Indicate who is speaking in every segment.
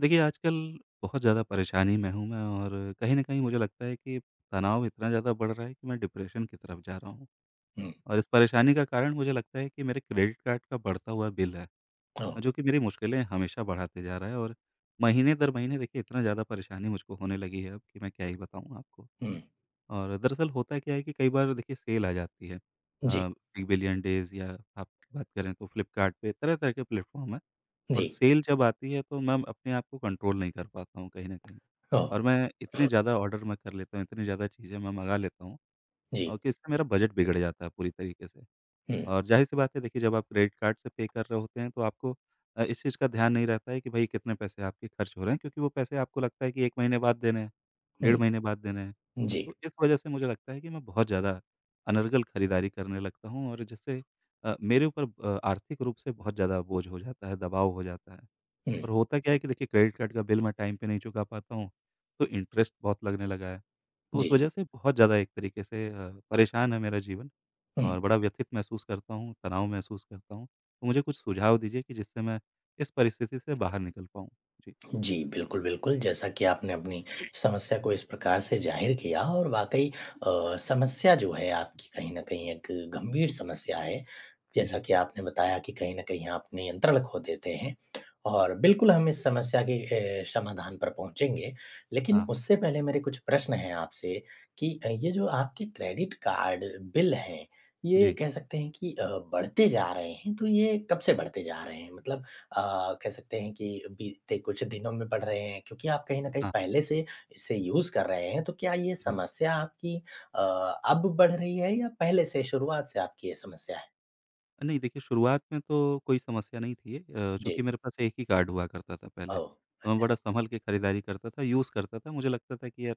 Speaker 1: देखिए, आजकल बहुत ज़्यादा परेशानी में हूँ मैं और कहीं न कहीं मुझे लगता है कि तनाव इतना ज़्यादा बढ़ रहा है कि मैं डिप्रेशन की तरफ जा रहा हूँ।
Speaker 2: हुँ,
Speaker 1: और इस परेशानी का कारण मुझे लगता है कि मेरे क्रेडिट कार्ड का बढ़ता हुआ बिल है,
Speaker 2: हाँ,
Speaker 1: जो कि मेरी मुश्किलें हमेशा बढ़ाते जा रहा है और महीने दर महीने देखिए इतना ज़्यादा परेशानी मुझको होने लगी है अब कि मैं क्या ही बताऊँ आपको।
Speaker 2: हुँ,
Speaker 1: और दरअसल होता क्या है कि कई बार देखिए सेल आ जाती है,
Speaker 2: जी,
Speaker 1: बिग बिलियन डेज़ या आप बात करें तो फ्लिपकार्ट पे, तरह-तरह के प्लेटफ़ॉर्म हैं। और
Speaker 2: जी,
Speaker 1: सेल जब आती है तो मैम अपने आप को कंट्रोल नहीं कर पाता हूँ कहीं न कहीं।
Speaker 2: हाँ,
Speaker 1: और मैं इतने ज़्यादा ऑर्डर मैं कर लेता हूँ, इतनी ज़्यादा चीज़ें मैं मँगा लेता हूँ,
Speaker 2: जी,
Speaker 1: कि इससे मेरा बजट बिगड़ जाता है पूरी तरीके से।
Speaker 2: हुँ,
Speaker 1: और ज़ाहिर-सी बात है देखिए, जब आप क्रेडिट कार्ड से पे कर रहे होते हैं तो आपको इस चीज़ का ध्यान नहीं रहता है कि भई कितने पैसे आपके खर्च हो रहे हैं, क्योंकि वो पैसे आपको लगता है कि 1 महीने बाद देने हैं, 1.5
Speaker 2: हुँ,
Speaker 1: महीने बाद देने हैं।
Speaker 2: जी,
Speaker 1: तो इस वजह से मुझे लगता है कि मैं बहुत ज़्यादा अनर्गल खरीदारी करने लगता हूँ, और जिससे मेरे ऊपर आर्थिक रूप से बहुत ज़्यादा बोझ हो जाता है, दबाव हो जाता है।
Speaker 2: हुँ,
Speaker 1: और होता क्या है कि देखिए, क्रेडिट कार्ड का बिल मैं टाइम पे नहीं चुका पाता हूँ, तो इंटरेस्ट बहुत लगने लगा है। तो उस
Speaker 2: जी,
Speaker 1: वजह से बहुत ज़्यादा एक तरीके से परेशान है मेरा जीवन,
Speaker 2: हुँ।
Speaker 1: और बड़ा व्यथित महसूस करता हूँ, तनाव महसूस करता हूँ। तो मुझे कुछ सुझाव दीजिए कि जिससे मैं इस परिस्थिति से बाहर निकल पाऊँ? जी।
Speaker 2: जी, बिल्कुल, बिल्कुल। जैसा कि आपने अपनी समस्या को इस प्रकार से ज़ाहिर किया और वाक़ई समस्या जो है आपकी कहीं न कहीं एक गंभीर समस्या है। जैसा
Speaker 1: जी।
Speaker 2: कि आपने बताया कि कहीं न कहीं आप नियंत्रण खो देते हैं और बिल्कुल हम इस समस्या के समाधान पर पहुँचेंगे।
Speaker 1: हाँ,
Speaker 2: लेकिन
Speaker 1: हाँ।
Speaker 2: उससे पहले मेरे कुछ प्रश्न हैं आपसे कि ये जो आपके क्रेडिट कार्ड बिल हैं, ये
Speaker 1: जी।
Speaker 2: कह सकते हैं कि बढ़ते जा रहे हैं, तो ये कब से बढ़ते जा रहे हैं? मतलब कह सकते हैं कि बीते कुछ दिनों में बढ़ रहे हैं क्योंकि आप कहीं न कहीं
Speaker 1: हाँ, हाँ।
Speaker 2: पहले से इसे यूज़ कर रहे हैं, तो क्या ये
Speaker 1: जी।
Speaker 2: समस्या आपकी अ, अब बढ़ रही है या पहले से शुरुआत से आपकी ये समस्या है?
Speaker 1: नहीं देखिए, शुरुआत में तो कोई समस्या नहीं थी,
Speaker 2: जी।
Speaker 1: चूँकि मेरे पास एक ही कार्ड हुआ करता था पहले,
Speaker 2: ओह!
Speaker 1: तो मैं
Speaker 2: अच्छा।
Speaker 1: बड़ा सँभल के खरीदारी करता था, यूज़ करता था। मुझे लगता था कि यार,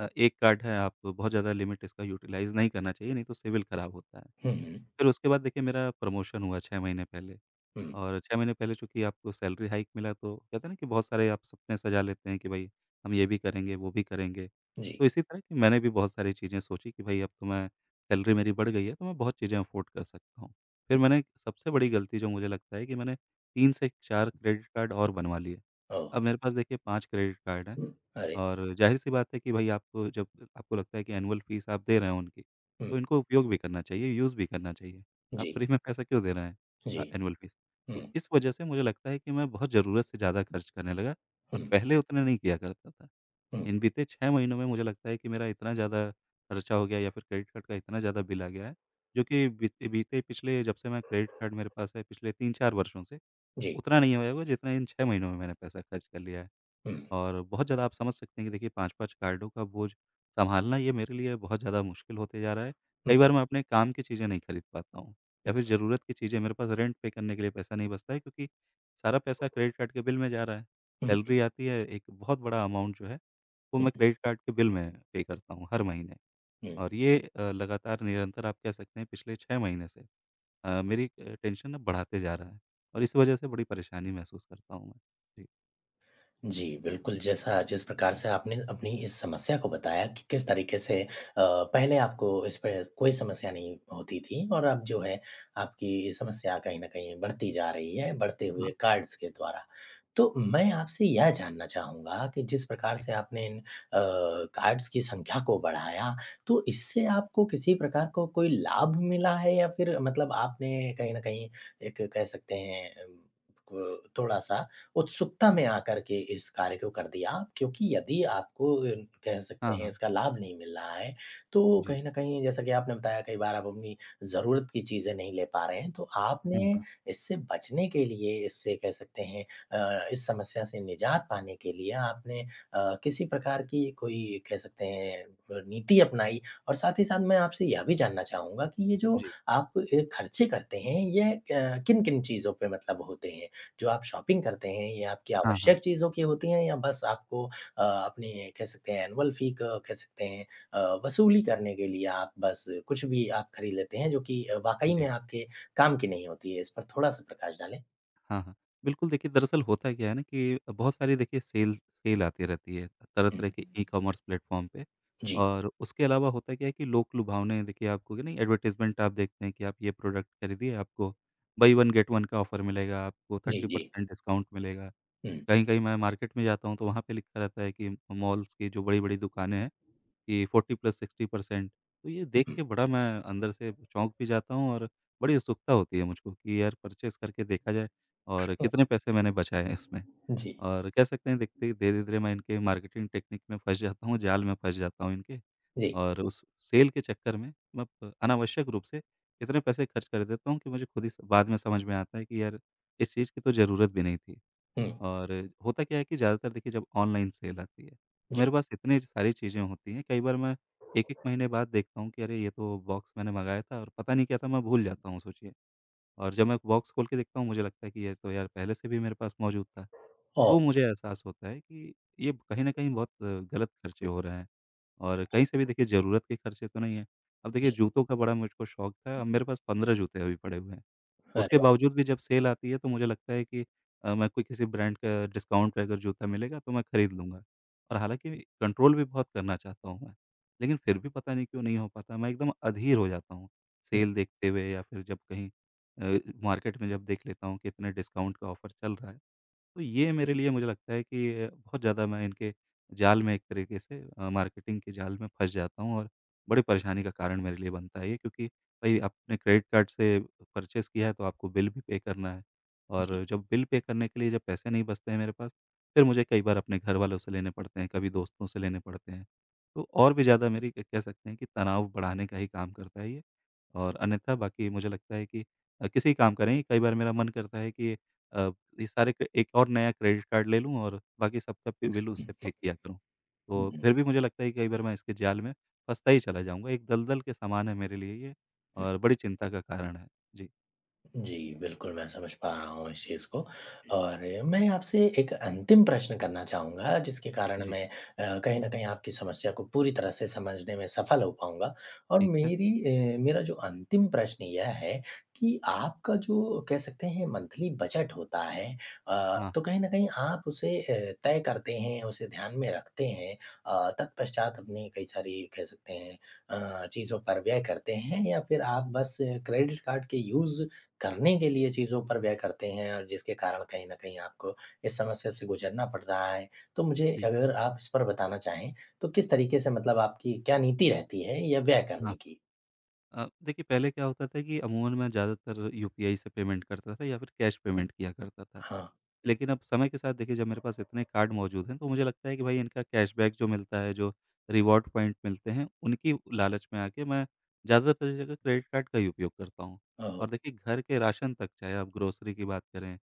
Speaker 1: एक कार्ड है, आप बहुत ज़्यादा लिमिट इसका यूटिलाइज़ नहीं करना चाहिए, नहीं तो सिविल ख़राब होता है।
Speaker 2: हुँ, हुँ।
Speaker 1: फिर उसके बाद देखिए, मेरा प्रमोशन हुआ 6 महीने पहले,
Speaker 2: हुँ।
Speaker 1: और 6 महीने पहले चूँकि आपको सैलरी हाइक मिला, तो कहते हैं ना कि बहुत सारे आप सपने सजा लेते हैं कि भई हम ये भी करेंगे, वो भी करेंगे। तो
Speaker 2: जी।
Speaker 1: इसी तरह की मैंने भी बहुत सारी चीज़ें सोची कि भई अब तो मैं, सैलरी मेरी बढ़ गई है तो मैं बहुत चीज़ें अफ़ोर्ड कर सकता हूँ। फिर मैंने सबसे बड़ी गलती जो मुझे लगता है कि मैंने 3 से 4 क्रेडिट कार्ड और बनवा लिए।
Speaker 2: ओह!
Speaker 1: अब मेरे पास देखिए 5 क्रेडिट कार्ड हैं,
Speaker 2: हम्म, अरे!
Speaker 1: और ज़ाहिर-सी बात है कि भई, आपको जब आपको लगता है कि एनुअल फ़ीस आप दे रहे हैं उनकी,
Speaker 2: हुँ।
Speaker 1: तो इनको उपयोग भी करना चाहिए, यूज़ भी करना चाहिए। आप
Speaker 2: जी।
Speaker 1: फ्री में पैसा क्यों दे रहे हैं
Speaker 2: जी।
Speaker 1: Annual fees? तो
Speaker 2: हुँ,
Speaker 1: इस वजह से मुझे लगता है कि मैं बहुत ज़रूरत से ज़्यादा खर्च करने लगा, और
Speaker 2: हुँ,
Speaker 1: पहले उतना नहीं किया करता था।
Speaker 2: हुँ।
Speaker 1: इन बीते 6 महीनों में मुझे लगता है कि मेरा इतना ज़्यादा खर्चा हो गया या फिर क्रेडिट कार्ड का इतना ज़्यादा बिल आ गया है, जो कि बीते बीते पिछले, जब से मैं क्रेडिट कार्ड मेरे पास है, पिछले 3-4 वर्षों से,
Speaker 2: जी।
Speaker 1: उतना नहीं होया होगा जितना इन 6 महीनों में मैंने पैसा खर्च कर लिया है।
Speaker 2: हुँ,
Speaker 1: और बहुत ज़्यादा आप समझ सकते हैं कि देखिए, 5-5 कार्डों का बोझ सँभालना ये मेरे लिए बहुत ज़्यादा मुश्किल होते जा रहा है।
Speaker 2: हुँ,
Speaker 1: कई बार मैं अपने काम की चीज़ें नहीं खरीद पाता हूँ, या फिर ज़रूरत की चीज़ें मेरे पास, रेंट पे करने के लिए पैसा नहीं बचता है, क्योंकि सारा पैसा क्रेडिट कार्ड के बिल में जा रहा है।
Speaker 2: हुँ,
Speaker 1: सैलरी आती है, एक बहुत बड़ा अमाउंट जो है, वो मैं क्रेडिट कार्ड के बिल में पे करता हूँ हर महीने,
Speaker 2: हुँ।
Speaker 1: और ये लगातार निरंतर आप कह सकते हैं पिछले 6 महीने से मेरी टेंशन ना बढ़ाते जा रहा है, और इस वजह से बड़ी परेशानी महसूस करता हूँ मैं। जी।
Speaker 2: जी, बिल्कुल, जैसा जिस प्रकार से आपने अपनी इस समस्या को बताया कि किस तरीके से पहले आपको इस पे कोई समस्या नहीं होती थी और अब जो है आपकी समस्या कहीं न कहीं बढ़ती जा रही है, बढ़ते हुए
Speaker 1: हाँ।
Speaker 2: कार्ड्स के द्वारा। तो मैं आपसे यह जानना चाहूँगा कि जिस प्रकार
Speaker 1: जी,
Speaker 2: से आपने इन कार्ड्स की संख्या को बढ़ाया, तो इससे आपको किसी प्रकार को कोई लाभ मिला है या फिर मतलब आपने कहीं न कहीं एक कह सकते हैं अम, क थोड़ा-सा उत्सुकता
Speaker 1: जी।
Speaker 2: में आकर के इस कार्य को कर दिया क्योंकि यदि आपको कह सकते
Speaker 1: हाँ,
Speaker 2: हैं
Speaker 1: हाँ।
Speaker 2: इसका लाभ नहीं मिल रहा है, तो
Speaker 1: जी।
Speaker 2: कहीं न कहीं जैसा कि आपने बताया कई बार आप अपनी ज़रूरत की चीज़ें नहीं ले पा रहे हैं, तो
Speaker 1: हाँ,
Speaker 2: आपने
Speaker 1: हाँ।
Speaker 2: इससे बचने के लिए, इससे कह सकते हैं इस समस्या से निजात पाने के लिए आपने किसी प्रकार की कोई कह सकते हैं नीति अपनाई? और साथ ही साथ मैं आपसे यह भी जानना चाहूँगा कि ये जो
Speaker 1: जी।
Speaker 2: आप खर्चे करते हैं, ये किन-किन चीज़ों पे मतलब होते हैं? जो आप शॉपिंग करते हैं, ये आपकी
Speaker 1: हाँ, हाँ।
Speaker 2: आवश्यक चीज़ों की होती हैं या बस आपको अपने कह सकते हैं एनुअल फ़ी क कह सकते हैं वसूली करने के लिए आप बस कुछ भी आप खरीद लेते हैं जो कि वाक़ई में
Speaker 1: जी।
Speaker 2: आपके काम की नहीं होती है? इस पर थोड़ा-सा प्रकाश डालें।
Speaker 1: हाँ, हाँ। बिल्कुल देखिए, दरअसल होता क्या है ना कि बहुत सारी देखिए सेल सेल आती रहती है, तरह-तरह के
Speaker 2: हुँ।
Speaker 1: ई-कॉमर्स प्लेटफ़ॉर्म पे,
Speaker 2: जी,
Speaker 1: और उसके अलावा होता क्या है कि लोक-लुभावने देखिए आपको, कि नहीं एडवर्टाइज़मेंट आप देखते हैं कि आप ये प्रोडक्ट खरीदिए, आपको बाय 1 गेट 1 का ऑफ़र मिलेगा, आपको
Speaker 2: जी, जी।
Speaker 1: 30% डिस्काउंट मिलेगा।
Speaker 2: हुँ,
Speaker 1: कहीं-कहीं मैं मार्केट में जाता हूँ तो वहाँ पे लिखा रहता है कि मॉल्स की जो बड़ी-बड़ी दुकानें हैं, कि 40+60% तो ये देख
Speaker 2: हुँ,
Speaker 1: के बड़ा मैं अंदर से चौंक भी जाता हूँ, और बड़ी उत्सुकता होती है मुझको कि यार, परचेज़ करके देखा जाए और
Speaker 2: हुँ,
Speaker 1: कितने पैसे मैंने बचाए हैं उसमें।
Speaker 2: जी,
Speaker 1: और कह सकते हैं देखते ही धीरे-धीरे मैं इनके मार्केटिंग टेक्निक में फँस जाता हूँ, जाल में फँस जाता हूँ इनके,
Speaker 2: जी।
Speaker 1: और उस सेल के चक्कर में मैं प अनावश्यक रूप से इतने पैसे खर्च कर देता हूँ कि मुझे खुद ही स बाद में समझ में आता है कि यार, इस चीज़ की तो ज़रूरत भी नहीं थी।
Speaker 2: हुँ,
Speaker 1: और होता क्या है कि ज़्यादातर देखिए जब ऑनलाइन सेल आती है, तो
Speaker 2: जी।
Speaker 1: मेरे पास इतनी सारी चीज़ें होती हैं, कई बार मैं 1-1 महीने बाद देखता हूँ कि अरे! ये तो बॉक्स मैंने मँगाया था और पता नहीं क्या था, मैं भूल जाता हूँ सोचिए। और जब मैं बॉक्स खोल के देखता हूँ, मुझे लगता है कि ये तो यार, पहले से भी मेरे पास मौजूद था।
Speaker 2: ओह!
Speaker 1: तो मुझे एहसास होता है कि ये कहीं न कहीं बहुत गलत खर्चे हो रहे हैं, और कहीं से भी देखिए ज़रूरत के खर्चे तो नहीं हैं। अब देखिए, जूतों का बड़ा मुझको शौक था, अब मेरे पास 15 जूते अभी पड़े हुए हैं।
Speaker 2: अरे
Speaker 1: उसके
Speaker 2: वाह!
Speaker 1: बावजूद भी जब सेल आती है तो मुझे लगता है कि मैं कोई किसी ब्रांड का डिस्काउंट पे अगर जूता मिलेगा तो मैं खरीद लूँगा। और हालाँकि कंट्रोल भी बहुत करना चाहता हूँ मैं, लेकिन फिर भी पता नहीं क्यों नहीं हो पाता, मैं एकदम अधीर हो जाता हूँ,
Speaker 2: हुँ,
Speaker 1: सेल देखते हुए, या फिर जब कहीं अ, मार्केट में जब देख लेता हूँ कि इतने डिस्काउंट का ऑफ़र चल रहा है, तो ये मेरे लिए, मुझे लगता है कि बहुत ज़्यादा मैं इनके जाल में, एक तरीके से मार्केटिंग के जाल में फँस जाता हूँ, और बड़ी परेशानी का कारण मेरे लिए बनता है ये, क्योंकि भई आपने क्रेडिट कार्ड से परचेज़ किया है तो आपको बिल भी पे करना है, और जब बिल पे करने के लिए जब पैसे नहीं बचते हैं मेरे पास, फिर मुझे कई बार अपने घर वालों से लेने पड़ते हैं, कभी दोस्तों से लेने पड़ते हैं। तो और भी ज़्यादा मेरी, कह सकते हैं कि, तनाव बढ़ाने का ही काम करता है ये, और अन्यथा बाकी मुझे लगता है कि किसी काम का नहीं, कई बार मेरा मन करता है कि अ, ये सारे, क एक और नया क्रेडिट कार्ड ले लूँ और बाकी सबका पे बिल उससे पे किया करूँ।
Speaker 2: हुँ,
Speaker 1: तो
Speaker 2: हुँ।
Speaker 1: फिर भी मुझे लगता है कि कई बार मैं इसके जाल में फँसता ही चला जाऊँगा। एक दलदल के समान है मेरे लिए ये, और बड़ी चिंता का कारण है। जी।
Speaker 2: जी, बिल्कुल मैं समझ पा रहा हूँ इस चीज़ को और मैं आपसे एक अंतिम प्रश्न करना चाहूँगा जिसके कारण
Speaker 1: जी,
Speaker 2: मैं कहीं न कहीं आपकी समस्या को पूरी तरह से समझने में सफल हो पाऊँगा और
Speaker 1: ठीक है।
Speaker 2: मेरी मेरा जो अंतिम प्रश्न यह है कि आपका जो कह सकते हैं मंथली बजट होता है
Speaker 1: हाँ,
Speaker 2: तो कहीं न कहीं आप उसे तय करते हैं, उसे ध्यान में रखते हैं तत्पश्चात अपनी कई सारी कह सकते हैं चीज़ों पर व्यय करते हैं या फिर आप बस क्रेडिट कार्ड के यूज़ करने के लिए चीज़ों पर व्यय करते हैं और जिसके कारण कहीं न कहीं आपको इस समस्या से गुज़रना पड़ रहा है। तो मुझे
Speaker 1: जी,
Speaker 2: अगर आप इस पर बताना चाहें, तो किस तरीके से मतलब आपकी क्या नीति रहती है या व्यय
Speaker 1: हाँ।
Speaker 2: करने की?
Speaker 1: देखिए, पहले क्या होता था कि अमूमन मैं ज़्यादातर यूपीआई से पेमेंट करता था या फिर कैश पेमेंट किया करता था।
Speaker 2: हाँ।
Speaker 1: लेकिन अब समय के साथ देखिए, जब मेरे पास इतने कार्ड मौजूद हैं, तो मुझे लगता है कि भाई, इनका कैशबैक जो मिलता है, जो रिवॉर्ड पॉइंट मिलते हैं, उनकी लालच में आके मैं ज़्यादातर जगह क्रेडिट कार्ड का ही उपयोग करता हूँ।
Speaker 2: ओह!
Speaker 1: और देखिए, घर के राशन तक, चाहे आप ग्रोसरी की बात करें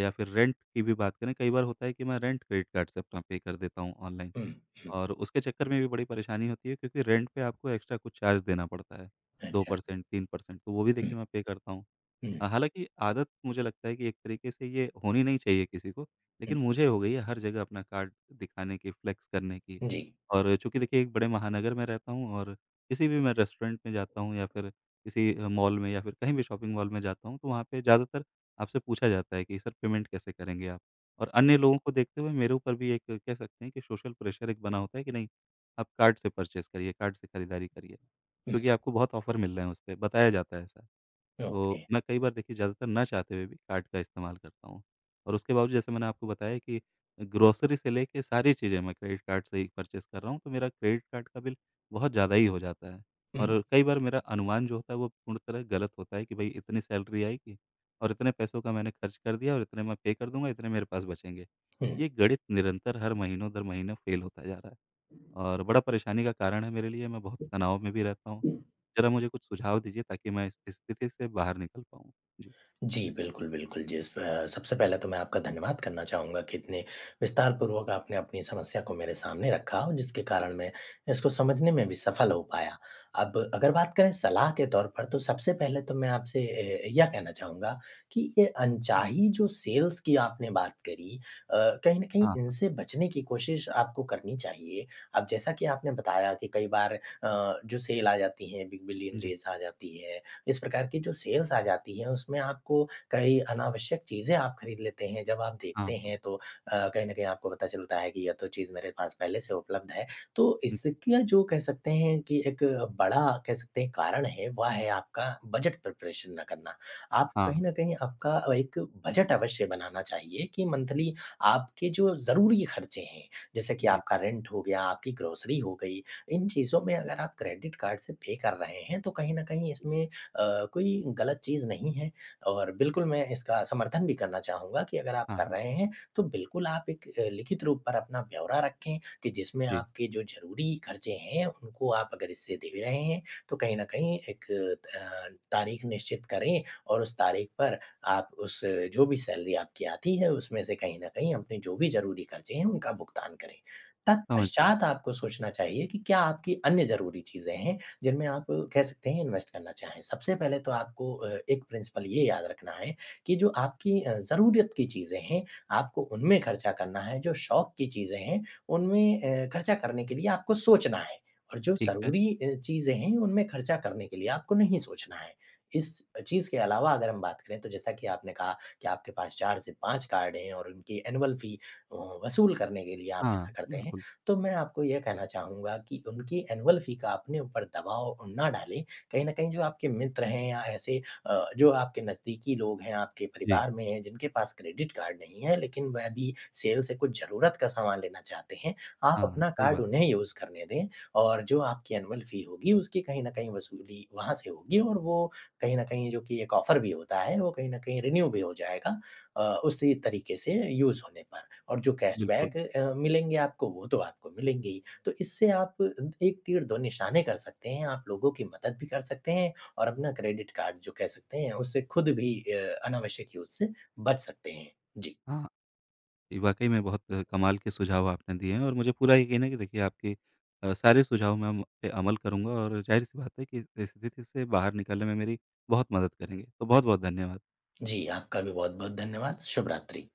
Speaker 1: या फिर रेंट की भी बात करें, कई बार होता है कि मैं रेंट क्रेडिट कार्ड से अपना पे कर देता हूँ ऑनलाइन।
Speaker 2: हुँ, हुँ।
Speaker 1: और उसके चक्कर में भी बड़ी परेशानी होती है, क्योंकि रेंट पे आपको एक्स्ट्रा कुछ चार्ज देना पड़ता है,
Speaker 2: अच्छा।
Speaker 1: 2% 3%, तो वो भी
Speaker 2: हुँ,
Speaker 1: देखिए मैं पे करता हूँ।
Speaker 2: हुँ,
Speaker 1: हालाँकि आदत, मुझे लगता है कि एक तरीके से ये होनी नहीं चाहिए किसी को,
Speaker 2: हुँ।
Speaker 1: लेकिन मुझे हो गई है हर जगह अपना कार्ड दिखाने की, फ्लेक्स करने की,
Speaker 2: जी।
Speaker 1: और चूँकि देखिए एक बड़े महानगर में रहता हूँ, और किसी भी मैं रेस्टोरेंट में जाता हूँ या फिर किसी मॉल में या फिर कहीं भी शॉपिंग मॉल में जाता हूँ, तो वहाँ पे ज़्यादातर आपसे पूछा जाता है कि, सर, पेमेंट कैसे करेंगे आप? और अन्य लोगों को देखते हुए, मेरे ऊपर भी एक, कह सकते हैं कि, सोशल प्रेशर एक बना होता है कि नहीं, आप कार्ड से परचेज़ करिए, कार्ड से खरीदारी करिए,
Speaker 2: हुँ,
Speaker 1: क्योंकि आपको बहुत ऑफ़र मिल रहे हैं उसपे, बताया जाता है ऐसा। तो
Speaker 2: ओके।
Speaker 1: मैं कई बार देखिए, ज़्यादातर ना चाहते हुए भी कार्ड का इस्तेमाल करता हूँ, और उसके बावजूद, जैसे मैंने आपको बताया कि ग्रोसरी से लेके सारी चीज़ें मैं क्रेडिट कार्ड से ही परचेज़ कर रहा हूँ, तो मेरा क्रेडिट कार्ड का बिल बहुत ज़्यादा ही हो जाता है,
Speaker 2: हुँ,
Speaker 1: और कई बार मेरा अनुमान जो होता है वो पूर्ण तरह गलत होता है कि भई, इतनी सैलरी आएगी और इतने पैसों का मैंने खर्च कर दिया और इतने मैं पे कर दूँगा, इतने मेरे पास बचेंगे।
Speaker 2: हुँ।
Speaker 1: ये गणित निरंतर हर महीनों-दर-महीने फ़ेल होता जा रहा है। और बड़ा परेशानी का कारण है मेरे लिए, मैं बहुत तनाव में भी रहता हूँ। ज़रा मुझे कुछ सुझाव दीजिए ताकि मैं इस स्थिति से बाहर निकल पाऊँ। जी,
Speaker 2: जी, बिल्कुल, बिल्कुल। जिस सबसे पहले तो मैं आपका धन्यवाद करना चाहूँगा कि इतने विस्तारपूर्वक आपने अपनी समस्या को मेरे सामने रखा और जिसके
Speaker 1: जी।
Speaker 2: कारण मैं इसको समझने में भी सफल हो पाया। अब अगर बात करें सलाह के तौर पर, तो सबसे पहले तो मैं आपसे यह कहना चाहूँगा कि ये
Speaker 1: हाँ,
Speaker 2: अनचाही जो सेल्स की आपने बात करी अ, कहीं न कहीं
Speaker 1: हाँ, हाँ।
Speaker 2: इनसे बचने की कोशिश आपको करनी चाहिए। अब जैसा कि आपने बताया कि कई बार जो सेल आ जाती हैं, बिग बिलियन
Speaker 1: जी,
Speaker 2: डेज़ आ जाती है इस प्रकार की जो सेल्स आ जाती है उसमें आपको कई अनावश्यक चीज़ें आप खरीद लेते हैं। जब आप
Speaker 1: हाँ,
Speaker 2: देखते
Speaker 1: हाँ।
Speaker 2: हैं तो कहीं न कहीं आपको पता चलता है कि यह तो चीज़ मेरे पास पहले से उपलब्ध है। तो
Speaker 1: जी,
Speaker 2: इसका जो कह सकते हैं कि एक बड़ा कह सकते हैं कारण है वह है आपका बजट प्रिपरेशन ना करना। आप
Speaker 1: हाँ,
Speaker 2: कहीं न कहीं आपका एक बजट अवश्य बनाना चाहिए कि मंथली आपके जो ज़रूरी खर्चे हैं, जैसे कि
Speaker 1: जी,
Speaker 2: आपका रेंट हो गया, आपकी ग्रोसरी हो गई, इन चीज़ों में अगर आप क्रेडिट कार्ड से पे कर रहे हैं तो कहीं न कहीं
Speaker 1: जी,
Speaker 2: इसमें कोई गलत चीज़ नहीं है और बिल्कुल मैं इसका समर्थन भी करना चाहूँगा कि अगर आप
Speaker 1: हाँ,
Speaker 2: कर
Speaker 1: हाँ।
Speaker 2: रहे हैं, तो बिल्कुल आप एक लिखित रूप पर अपना ब्यौरा रखें कि जिसमें
Speaker 1: जी,
Speaker 2: आपके जो ज़रूरी खर्चे हैं, उनको आप अगर हिस्से दे रहे हैं, तो कहीं न कहीं एक तारीख निश्चित करें और उस तारीख पर आप उस जो भी सैलरी आपकी आती है, उसमें से कहीं न कहीं अपने जो भी ज़रूरी खर्चे हैं, उनका भुगतान करें।
Speaker 1: समझ गया।
Speaker 2: तत्पश्चात आपको सोचना चाहिए कि क्या आपकी अन्य ज़रूरी चीज़ें हैं, जिनमें आप कह सकते हैं इन्वेस्ट करना चाहें। सबसे पहले तो आपको एक प्रिंसिपल ये याद रखना है कि जो आपकी ज़रूरत की चीज़ें हैं, आपको उनमें खर्चा करना है, जो शौक की चीज़ें हैं, उनमें खर्चा करने के लिए आपको सोचना है और जो
Speaker 1: ठीक है।
Speaker 2: ज़रूरी चीज़ें हैं, उनमें खर्चा करने के लिए आपको नहीं सोचना है। इस चीज़ के अलावा अगर हम बात करें तो जैसा कि आपने कहा कि आपके पास 4 से 5 कार्ड हैं और उनकी एनुअल फ़ी अ, वसूल करने के लिए आप ऐसा
Speaker 1: हाँ,
Speaker 2: करते हैं।
Speaker 1: बिल्कुल।
Speaker 2: तो मैं आपको ये कहना चाहूँगा कि उनकी एनुअल फ़ी का अपने ऊपर दबाव ना डालें। कहीं न कहीं जो आपके मित्र हैं या ऐसे जो आपके नज़दीकी लोग हैं, आपके
Speaker 1: जी,
Speaker 2: परिवार में हैं, जिनके पास क्रेडिट कार्ड नहीं है, लेकिन वह भी सेल से कुछ ज़रूरत का सामान लेना चाहते हैं, आप
Speaker 1: हाँ,
Speaker 2: अपना
Speaker 1: सही
Speaker 2: कार्ड
Speaker 1: बात।
Speaker 2: उन्हें यूज़ करने दें और जो आपकी एनुअल फ़ी होगी, उसकी कहीं न कहीं वसूली वहाँ से होगी और वो कहीं न कहीं जो कि एक ऑफ़र भी होता है, वो कहीं न कहीं रिन्यू भी हो जाएगा उसी तरीके से यूज़ होने पर। और जो
Speaker 1: बिल्कुल,
Speaker 2: कैशबैक मिलेंगे आपको वो तो आपको मिलेंगे ही। तो इससे आप एक तीर दो निशाने कर सकते हैं, आप लोगों की मदद भी कर सकते हैं और अपना क्रेडिट कार्ड जो कह सकते हैं उससे खुद भी अनावश्यक यूज़ से बच सकते हैं। जी।
Speaker 1: हाँ। ये वाक़ई में बहुत कमाल के सुझाव आपने दिए हैं, और मुझे पूरा यकीन है कि देखिए आपके सारे सुझाव मैं उन पे अमल करूँगा, और ज़ाहिर-सी बात है कि इस स्थिति से बाहर निकलने में मेरी बहुत मदद करेंगे। तो बहुत-बहुत धन्यवाद।
Speaker 2: जी, आपका भी बहुत-बहुत धन्यवाद। शुभ रात्रि।